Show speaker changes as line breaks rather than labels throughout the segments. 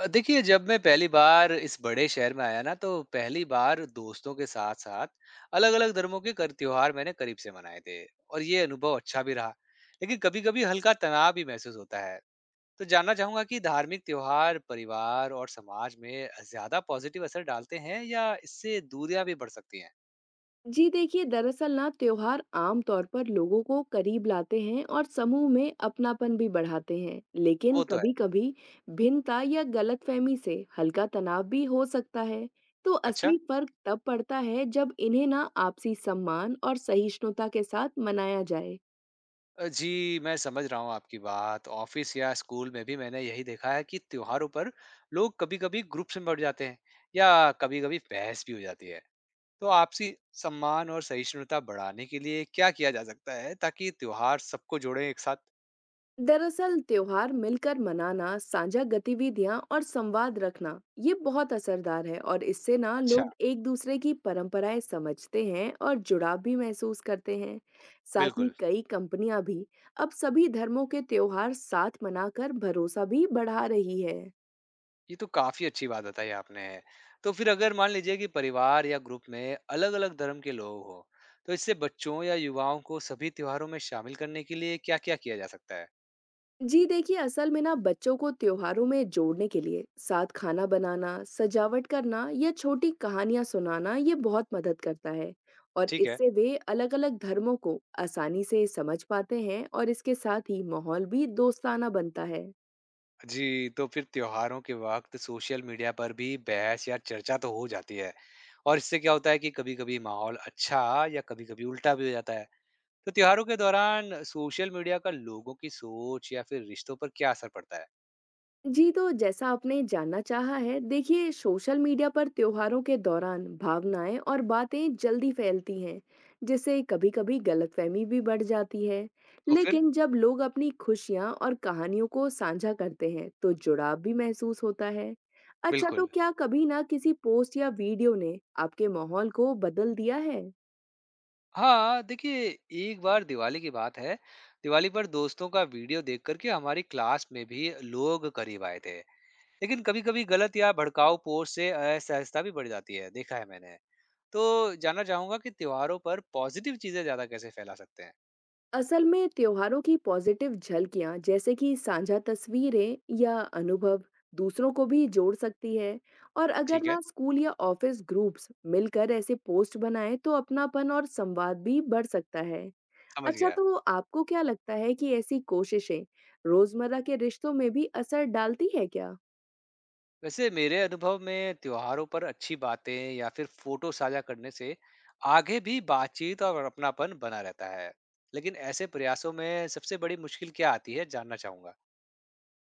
देखिए जब मैं पहली बार इस बड़े शहर में आया ना तो पहली बार दोस्तों के साथ साथ अलग अलग धर्मों के कर त्योहार मैंने करीब से मनाए थे और ये अनुभव अच्छा भी रहा लेकिन कभी कभी हल्का तनाव भी महसूस होता है। तो जानना चाहूंगा कि धार्मिक त्योहार परिवार और समाज में ज्यादा पॉजिटिव असर डालते हैं या इससे दूरियां भी बढ़ सकती हैं।
जी देखिए, दरअसल ना त्योहार आम तौर पर लोगों को करीब लाते हैं और समूह में अपनापन भी बढ़ाते हैं, लेकिन
वो तो है।
कभी-कभी भिन्नता या गलतफहमी से हल्का तनाव भी हो सकता है। तो
अच्छा।
असली फर्क तब पड़ता है जब इन्हें ना आपसी सम्मान और सहिष्णुता के साथ मनाया जाए।
जी, मैं समझ रहा हूँ आपकी बात। ऑफ़िस या स्कूल में भी मैंने यही देखा है कि त्योहारों पर लोग कभी-कभी ग्रुप्स में बँट जाते हैं या कभी-कभी बहस भी हो जाती है। तो आपसी सम्मान और सहिष्णुता बढ़ाने के लिए क्या किया जा सकता है ताकि त्योहार सबको जोड़े एक साथ?
दरअसल त्योहार मिलकर मनाना, साझा गतिविधियां और संवाद रखना ये बहुत असरदार है, और इससे ना
अच्छा।
लोग एक दूसरे की परंपराएं समझते हैं और जुड़ाव भी महसूस करते हैं। साथ ही
बिल्कुल,
कई कंपनियां भी अब सभी धर्मों के त्योहार साथ मनाकर भरोसा भी बढ़ा रही है।
ये तो काफ़ी अच्छी बात बताई आपने। तो फिर अगर मान लीजिए कि परिवार या ग्रुप में अलग-अलग धर्म के लोग हों, तो इससे बच्चों या युवाओं को सभी त्योहारों में शामिल करने के लिए क्या-क्या किया जा सकता है?
जी देखिए, असल में ना बच्चों को त्योहारों में जोड़ने के लिए साथ खाना बनाना, सजावट करना या छोटी कहानियां सुनाना ये बहुत मदद करता है। और
ठीक है।
इससे वे अलग अलग धर्मों को आसानी से समझ पाते हैं, और इसके साथ ही माहौल भी दोस्ताना बनता है।
जी, तो फिर त्योहारों के वक़्त सोशल मीडिया पर भी बहस या चर्चा तो हो जाती है और इससे क्या होता है कि कभी-कभी माहौल अच्छा या कभी-कभी उल्टा भी हो जाता है। तो त्योहारों के दौरान सोशल मीडिया का लोगों की सोच या फिर रिश्तों पर क्या असर पड़ता है?
जी, तो जैसा आपने जानना चाहा है, देखिए सोशल मीडिया पर त्योहारों के दौरान भावनाएं और बातें जल्दी फैलती हैं, जिससे कभी-कभी गलतफहमी भी बढ़ जाती है।
तो फिर
लेकिन जब लोग अपनी खुशियां और कहानियों को साझा करते हैं, तो जुड़ाव भी महसूस होता है। अच्छा, तो
बिल्कुल।
क्या कभी ना किसी पोस्ट या वीडियो ने आपके माहौल को बदल दिया है?
हाँ, देखिए एक बार दिवाली की बात है। दिवाली पर दोस्तों का वीडियो देख कर के हमारी क्लास में भी लोग करीब आए थे। लेकिन कभी-कभी गलत या भड़काऊ पोस्ट से असहजता भी बढ़ जाती है, देखा है मैंने। तो जानना चाहूँगा कि त्योहारों पर पॉज़िटिव चीज़ें ज़्यादा कैसे फैला सकते हैं?
असल में त्योहारों की पॉजिटिव झलकियां जैसे कि साझा तस्वीरें या अनुभव दूसरों को भी जोड़ सकती है। और अगर
ठीक है,
ना स्कूल या ऑफिस ग्रुप्स मिलकर ऐसे पोस्ट बनाएं तो अपनापन और संवाद भी बढ़ सकता है।
समझ
अच्छा,
गया।
तो आपको क्या लगता है कि ऐसी कोशिशें रोजमर्रा के रिश्तों में भी असर डालती है क्या?
वैसे मेरे अनुभव में त्योहारों पर अच्छी बातें या फिर फ़ोटो साझा करने से आगे भी बातचीत और अपनापन बना रहता है। लेकिन ऐसे प्रयासों में सबसे बड़ी मुश्किल क्या आती है, जानना चाहूँगा।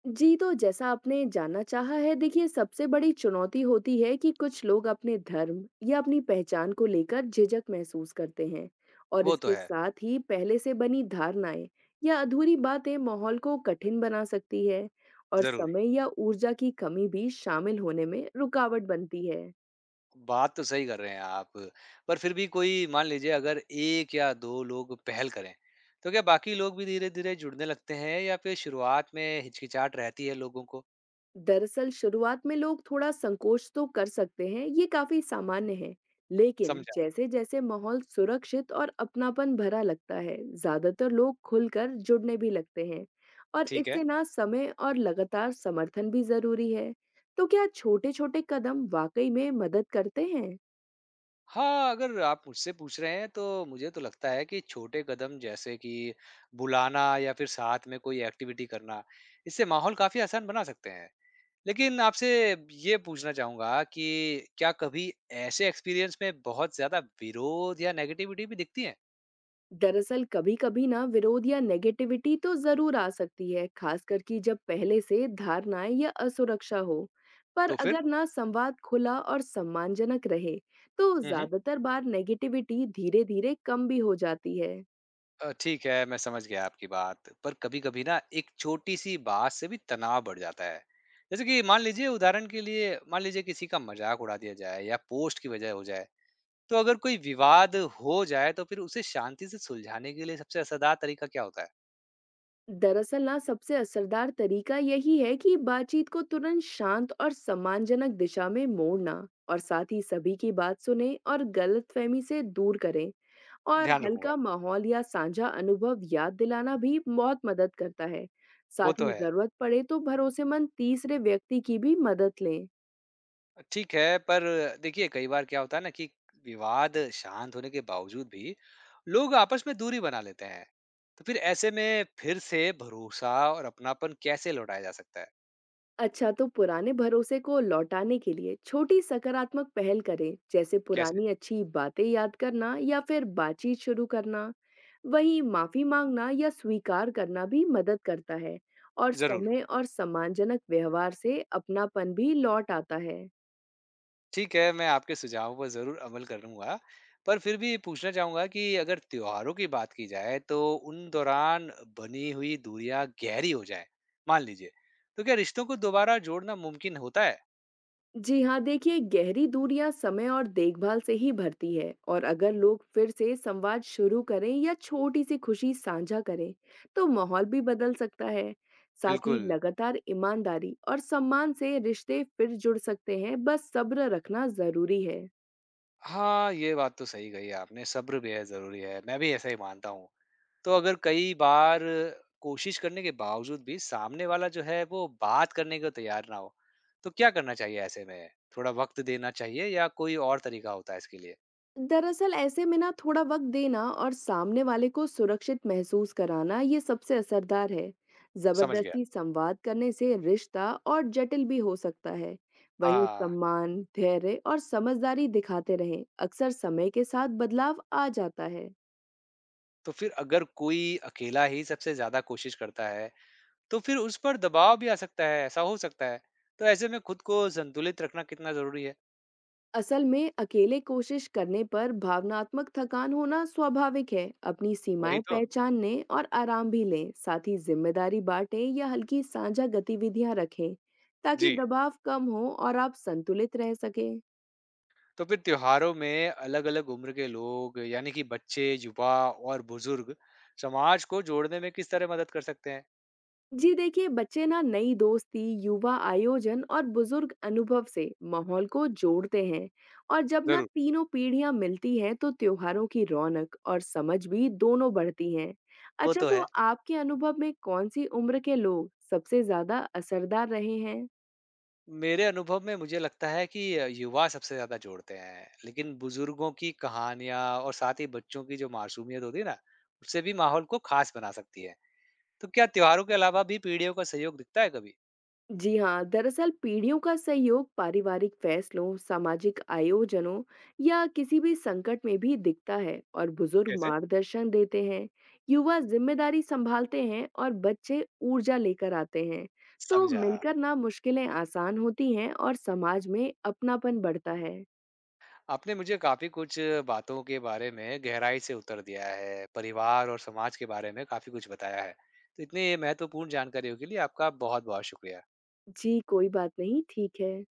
जी, तो जैसा आपने जानना चाहा है, देखिए सबसे बड़ी चुनौती होती है कि कुछ लोग अपने धर्म या अपनी पहचान को लेकर झिझक महसूस करते हैं, और
वो तो
इसके
है,
साथ ही पहले से बनी धारणाएं या अधूरी बातें माहौल को कठिन बना सकती है, और
ज़रूर।
समय या ऊर्जा की कमी भी शामिल होने में रुकावट बनती है।
बात तो सही कर रहे हैं आप, पर फिर भी कोई मान लीजिए अगर 1 या 2 लोग पहल करें, तो क्या बाकी लोग भी धीरे-धीरे जुड़ने लगते हैं या फिर शुरुआत में हिचकिचाहट रहती है लोगों को?
दरअसल शुरुआत में लोग थोड़ा संकोच तो कर सकते हैं, ये काफी सामान्य है। लेकिन
समझा।
जैसे जैसे माहौल सुरक्षित और अपनापन भरा लगता है, ज्यादातर लोग खुलकर जुड़ने भी लगते हैं। और
ठीक है।
इससे ना समय और लगातार समर्थन भी जरूरी है। तो क्या छोटे छोटे कदम वाकई में मदद करते हैं?
हाँ, अगर आप मुझसे पूछ रहे हैं तो मुझे तो लगता है कि छोटे कदम जैसे कि बुलाना या फिर साथ में कोई एक्टिविटी करना, इससे माहौल काफ़ी आसान बना सकते हैं। लेकिन आपसे ये पूछना चाहूँगा कि क्या कभी ऐसे एक्सपीरियंस में बहुत ज़्यादा विरोध या नेगेटिविटी भी दिखती है?
दरअसल कभी-कभी ना विरोध या नेगेटिविटी तो जरूर आ सकती है, खासकर कि जब पहले से धारणाएं या असुरक्षा हो। पर
तो फिर?
अगर ना संवाद खुला और सम्मानजनक रहे, तो
हुँ, हुँ।
ज्यादातर बार नेगेटिविटी धीरे-धीरे कम भी हो जाती है।
ठीक है, मैं समझ गया आपकी बात। पर कभी-कभी ना एक छोटी-सी बात से भी तनाव बढ़ जाता है। जैसे कि मान लीजिए उदाहरण के लिए मान लीजिए किसी का मज़ाक उड़ा दिया जाए या पोस्ट की वजह हो जाए। तो अगर कोई विवाद हो जाए तो फिर उसे शांति से सुलझाने के लिए सबसे असरदार तरीका क्या होता है?
दरअसल ना सबसे असरदार तरीका यही है कि बातचीत को तुरंत शांत और सम्मानजनक दिशा में मोड़ना, और साथ ही सभी की बात सुने और गलतफहमी से दूर करें। और
ध्यान रखूंगा।
हल्का माहौल या साझा अनुभव याद दिलाना भी बहुत मदद करता है।
वो
साथ
तो
ही
है।
जरूरत पड़े तो भरोसेमंद तीसरे व्यक्ति की भी मदद लें।
ठीक है, पर देखिए कई बार क्या होता है ना कि विवाद शांत होने के बावजूद भी लोग आपस में दूरी बना लेते हैं। तो फिर ऐसे में फिर से भरोसा और अपनापन कैसे लौटाया जा सकता है?
अच्छा, तो पुराने भरोसे को लौटाने के लिए छोटी सकारात्मक पहल करें, जैसे
कैसे?
पुरानी अच्छी बातें याद करना या फिर बातचीत शुरू करना। वहीं माफी मांगना या स्वीकार करना भी मदद करता है। और
ज़रूर।
समय और सम्मानजनक व्यवहार से अपनापन भी लौट आता है।
ठीक है, मैं आपके सुझावों पर ज़रूर अमल करूँगा। पर फिर भी पूछना चाहूँगा कि अगर त्योहारों की बात की जाए तो उन दौरान बनी हुई दूरियाँ गहरी हो जाएँ, मान लीजिए, तो क्या रिश्तों को दोबारा जोड़ना मुमकिन होता है?
जी हाँ, देखिए गहरी दूरियां समय और देखभाल से ही भरती है। और अगर लोग फिर से संवाद शुरू करें या छोटी सी खुशी साझा करें, तो माहौल भी बदल सकता है। साथ ही
बिल्कुल।
लगातार ईमानदारी और सम्मान से रिश्ते फिर जुड़ सकते हैं, बस सब्र रखना जरूरी है।
हाँ, ये बात तो सही कही आपने, सब्र बेहद ज़रूरी है, मैं भी ऐसा ही मानता हूँ। तो अगर कई बार कोशिश करने के बावजूद भी सामने वाला जो है वो बात करने को तैयार ना हो, तो क्या करना चाहिए ऐसे में? थोड़ा वक़्त देना चाहिए या कोई और तरीका होता है इसके लिए?
दरअसल ऐसे में ना थोड़ा वक्त देना और सामने वाले को सुरक्षित महसूस कराना ये सबसे असरदार है।
समझ गया।
जबरदस्ती संवाद करने से रिश्ता और जटिल भी हो सकता है। वहीं
हाँ,
सम्मान, धैर्य और समझदारी दिखाते रहें, अक्सर समय के साथ बदलाव आ जाता है।
तो फिर अगर कोई अकेला ही सबसे ज़्यादा कोशिश करता है, तो फिर उस पर दबाव भी आ सकता है, ऐसा हो सकता है। तो ऐसे में खुद को संतुलित रखना कितना ज़रूरी है?
असल में अकेले कोशिश करने पर भावनात्मक थकान होना स्वाभाविक है। अपनी
वही
सीमाएं
तो।
पहचानने और आराम भी लें, साथ ही जिम्मेदारी बांटें या हल्की साझा गतिविधियां रखें, ताकि
जी,
दबाव कम हो और आप संतुलित रह सकें।
तो फिर त्योहारों में अलग-अलग उम्र के लोग यानी कि बच्चे, युवा और बुज़ुर्ग समाज को जोड़ने में किस तरह मदद कर सकते हैं?
जी देखिए, बच्चे ना नई दोस्ती, युवा आयोजन और बुजुर्ग अनुभव से माहौल को जोड़ते हैं। और जब ना
ज़रूर।
तीनों पीढ़ियां मिलती हैं तो त्योहारों की रौनक और समझ भी दोनों बढ़ती हैं।
वो
अच्छा,
तो
तो
है।
आपके अनुभव में कौन सी उम्र के लोग सबसे ज्यादा असरदार रहे हैं?
मेरे अनुभव में मुझे लगता है कि युवा सबसे ज्यादा जोड़ते हैं लेकिन बुजुर्गों की कहानियां और साथ ही बच्चों की जो मासूमियत होती है ना उससे भी माहौल को खास बना सकती है। तो क्या त्योहारों के अलावा भी पीढ़ियों का सहयोग दिखता है कभी?
जी हाँ, दरअसल पीढ़ियों का सहयोग पारिवारिक फैसलों, सामाजिक आयोजनों या किसी भी संकट में भी दिखता है। और बुजुर्ग
कैसे?
मार्गदर्शन देते हैं, युवा जिम्मेदारी संभालते हैं और बच्चे ऊर्जा लेकर आते हैं। तो
समझा।
मिलकर ना मुश्किलें आसान होती हैं और समाज में अपनापन बढ़ता है।
आपने मुझे काफी कुछ बातों के बारे में गहराई से उत्तर दिया है, परिवार और समाज के बारे में काफी कुछ बताया है। तो इतनी महत्वपूर्ण जानकारियों के लिए आपका बहुत बहुत शुक्रिया।
जी, कोई बात नहीं, ठीक है।